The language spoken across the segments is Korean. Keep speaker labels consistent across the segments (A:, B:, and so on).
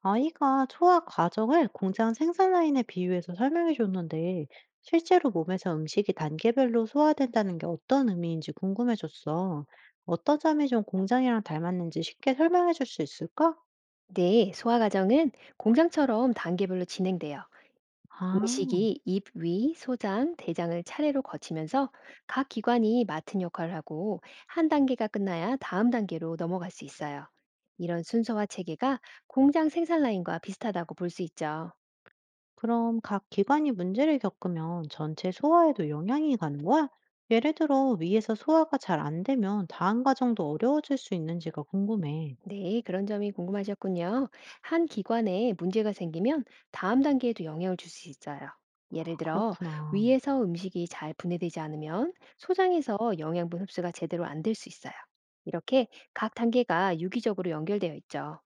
A: 아이가 소화 과정을 공장 생산 라인에 비유해서 설명해 줬는데, 실제로 몸에서 음식이 단계별로 소화된다는 게 어떤 의미인지 궁금해졌어. 어떤 점이 좀 공장이랑 닮았는지 쉽게 설명해 줄 수 있을까?
B: 네, 소화 과정은 공장처럼 단계별로 진행돼요.
A: 아,
B: 음식이 입, 위, 소장, 대장을 차례로 거치면서 각 기관이 맡은 역할을 하고 한 단계가 끝나야 다음 단계로 넘어갈 수 있어요. 이런 순서와 체계가 공장 생산 라인과 비슷하다고 볼 수 있죠.
A: 그럼 각 기관이 문제를 겪으면 전체 소화에도 영향이 가는 거야? 예를 들어, 위에서 소화가 잘 안 되면 다음 과정도 어려워질 수 있는지가 궁금해.
B: 네, 그런 점이 궁금하셨군요. 한 기관에 문제가 생기면 다음 단계에도 영향을 줄 수 있어요. 예를 들어,
A: 그렇구나.
B: 위에서 음식이 잘 분해되지 않으면 소장에서 영양분 흡수가 제대로 안 될 수 있어요. 이렇게 각 단계가 유기적으로 연결되어 있죠.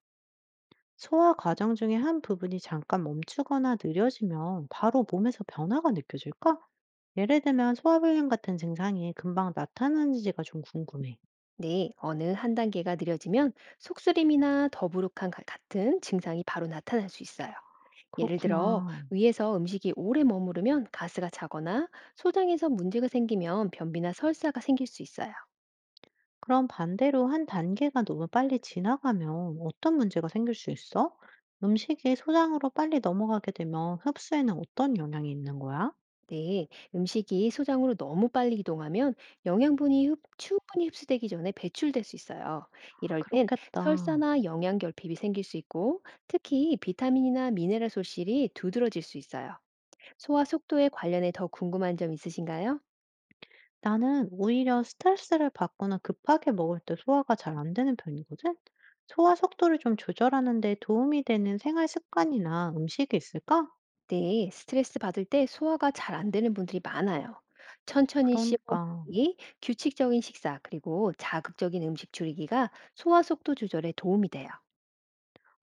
A: 소화 과정 중에 한 부분이 잠깐 멈추거나 느려지면 바로 몸에서 변화가 느껴질까? 예를 들면 소화불량 같은 증상이 금방 나타나는지가 좀 궁금해.
B: 네, 어느 한 단계가 느려지면 속쓰림이나 같은 증상이 바로 나타날 수 있어요. 예를 들어
A: 그렇구나.
B: 위에서 음식이 오래 머무르면 가스가 차거나 소장에서 문제가 생기면 변비나 설사가 생길 수 있어요.
A: 그럼 반대로 한 단계가 너무 빨리 지나가면 어떤 문제가 생길 수 있어? 음식이 소장으로 빨리 넘어가게 되면 흡수에는 어떤 영향이 있는 거야?
B: 네, 음식이 소장으로 너무 빨리 이동하면 충분히 흡수되기 전에 배출될 수 있어요. 이럴 땐
A: 그렇겠다.
B: 설사나 영양 결핍이 생길 수 있고 특히 비타민이나 미네랄 소실이 두드러질 수 있어요. 소화 속도에 관련해 더 궁금한 점 있으신가요?
A: 나는 오히려 스트레스를 받거나 급하게 먹을 때 소화가 잘 안 되는 편이거든? 소화 속도를 좀 조절하는 데 도움이 되는 생활 습관이나 음식이 있을까?
B: 네, 스트레스 받을 때 소화가 잘 안 되는 분들이 많아요. 천천히
A: 그러니까.
B: 씹어먹기, 규칙적인 식사, 그리고 자극적인 음식 줄이기가 소화 속도 조절에 도움이 돼요.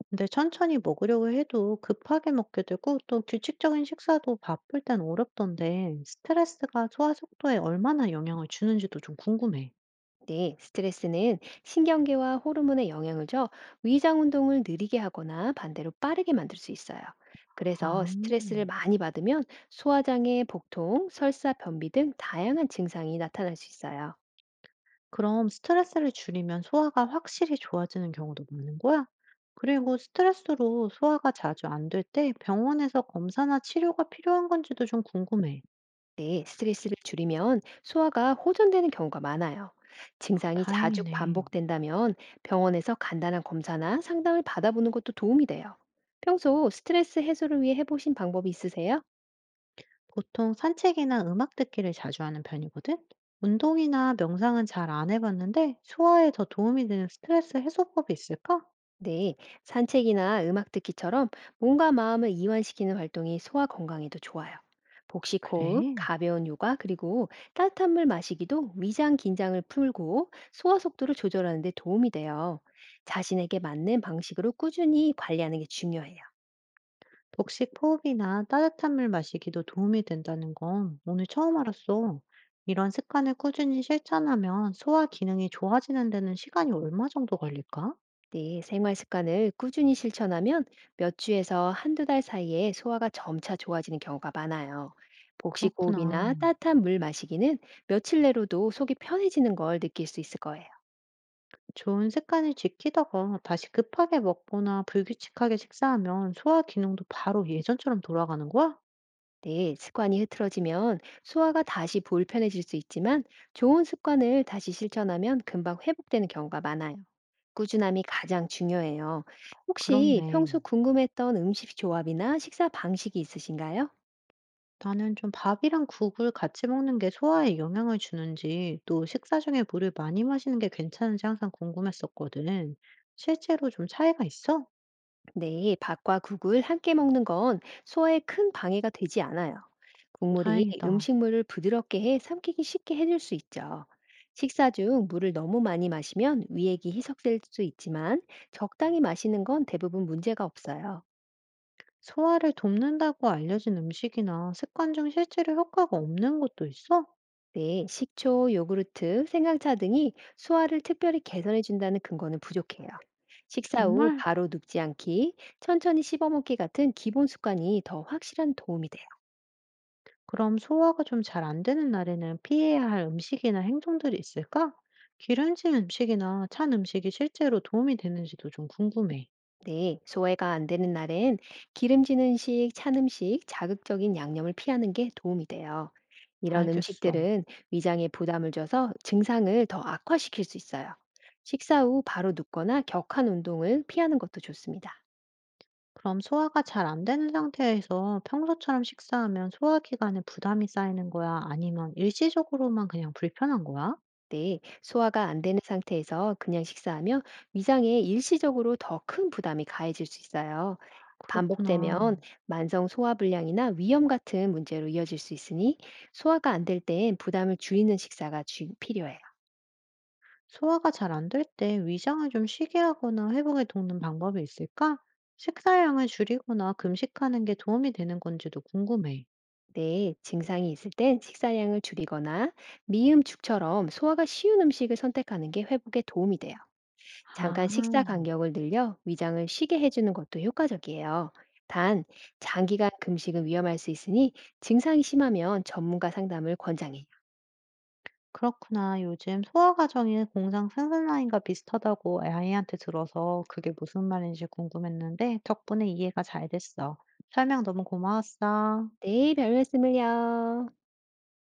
A: 근데 천천히 먹으려고 해도 급하게 먹게 되고 또 규칙적인 식사도 바쁠 땐 어렵던데 스트레스가 소화 속도에 얼마나 영향을 주는지도 좀 궁금해.
B: 네, 스트레스는 신경계와 호르몬에 영향을 줘 위장 운동을 느리게 하거나 반대로 빠르게 만들 수 있어요. 그래서
A: 아.
B: 스트레스를 많이 받으면 소화장애, 복통, 설사, 변비 등 다양한 증상이 나타날 수 있어요.
A: 그럼 스트레스를 줄이면 소화가 확실히 좋아지는 경우도 많은 거야? 그리고 스트레스로 소화가 자주 안 될 때 병원에서 검사나 치료가 필요한 건지도 좀 궁금해.
B: 네, 스트레스를 줄이면 소화가 호전되는 경우가 많아요.
A: 아,
B: 증상이 자주
A: 다행이네.
B: 반복된다면 병원에서 간단한 검사나 상담을 받아보는 것도 도움이 돼요. 평소 스트레스 해소를 위해 해보신 방법이 있으세요?
A: 보통 산책이나 음악 듣기를 자주 하는 편이거든? 운동이나 명상은 잘 안 해봤는데 소화에 더 도움이 되는 스트레스 해소법이 있을까?
B: 네, 산책이나 음악 듣기처럼 몸과 마음을 이완시키는 활동이 소화 건강에도 좋아요. 복식 호흡,
A: 그래.
B: 가벼운 요가, 그리고 따뜻한 물 마시기도 위장 긴장을 풀고 소화 속도를 조절하는 데 도움이 돼요. 자신에게 맞는 방식으로 꾸준히 관리하는 게 중요해요.
A: 복식 호흡이나 따뜻한 물 마시기도 도움이 된다는 건 오늘 처음 알았어. 이런 습관을 꾸준히 실천하면 소화 기능이 좋아지는 데는 시간이 얼마 정도 걸릴까?
B: 네, 생활 습관을 꾸준히 실천하면 몇 주에서 한두 달 사이에 소화가 점차 좋아지는 경우가 많아요. 복식
A: 그렇구나.
B: 호흡이나 따뜻한 물 마시기는 며칠 내로도 속이 편해지는 걸 느낄 수 있을 거예요.
A: 좋은 습관을 지키다가 다시 급하게 먹거나 불규칙하게 식사하면 소화 기능도 바로 예전처럼 돌아가는 거야?
B: 네, 습관이 흐트러지면 소화가 다시 불편해질 수 있지만 좋은 습관을 다시 실천하면 금방 회복되는 경우가 많아요. 꾸준함이 가장 중요해요. 혹시
A: 그렇네.
B: 평소 궁금했던 음식 조합이나 식사 방식이 있으신가요?
A: 나는 좀 밥이랑 국을 같이 먹는 게 소화에 영향을 주는지, 또 식사 중에 물을 많이 마시는 게 괜찮은지 항상 궁금했었거든. 실제로 좀 차이가 있어?
B: 네, 밥과 국을 함께 먹는 건 소화에 큰 방해가 되지 않아요. 국물이
A: 다행이다.
B: 음식물을 부드럽게 해 삼키기 쉽게 해줄 수 있죠. 식사 중 물을 너무 많이 마시면 위액이 희석될 수 있지만 적당히 마시는 건 대부분 문제가 없어요.
A: 소화를 돕는다고 알려진 음식이나 습관 중 실제로 효과가 없는 것도 있어?
B: 네, 식초, 요구르트, 생강차 등이 소화를 특별히 개선해 준다는 근거는 부족해요. 식사 후
A: 정말?
B: 바로 눕지 않기, 천천히 씹어 먹기 같은 기본 습관이 더 확실한 도움이 돼요.
A: 그럼 소화가 좀 잘 안 되는 날에는 피해야 할 음식이나 행동들이 있을까? 기름진 음식이나 찬 음식이 실제로 도움이 되는지도 좀 궁금해.
B: 네, 소화가 안 되는 날엔 기름진 음식, 찬 음식, 자극적인 양념을 피하는 게 도움이 돼요. 이런
A: 알겠어.
B: 음식들은 위장에 부담을 줘서 증상을 더 악화시킬 수 있어요. 식사 후 바로 눕거나 격한 운동을 피하는 것도 좋습니다.
A: 그럼 소화가 잘 안 되는 상태에서 평소처럼 식사하면 소화 기관에 부담이 쌓이는 거야? 아니면 일시적으로만 그냥 불편한 거야?
B: 네, 소화가 안 되는 상태에서 그냥 식사하면 위장에 일시적으로 더 큰 부담이 가해질 수 있어요.
A: 그렇구나.
B: 반복되면 만성 소화불량이나 위염 같은 문제로 이어질 수 있으니 소화가 안 될 땐 부담을 줄이는 식사가 주- 필요해요.
A: 소화가 잘 안될 때 위장을 좀 쉬게 하거나 회복에 돕는 방법이 있을까? 식사량을 줄이거나 금식하는 게 도움이 되는 건지도 궁금해.
B: 네, 증상이 있을 땐 식사량을 줄이거나 미음죽처럼 소화가 쉬운 음식을 선택하는 게 회복에 도움이 돼요. 잠깐
A: 아.
B: 식사 간격을 늘려 위장을 쉬게 해주는 것도 효과적이에요. 단, 장기간 금식은 위험할 수 있으니 증상이 심하면 전문가 상담을 권장해요.
A: 그렇구나. 요즘 소아 과정이 공장 생산 라인과 비슷하다고 아이한테 들어서 그게 무슨 말인지 궁금했는데 덕분에 이해가 잘 됐어. 설명 너무 고마웠어.
B: 네, 별 말씀을요.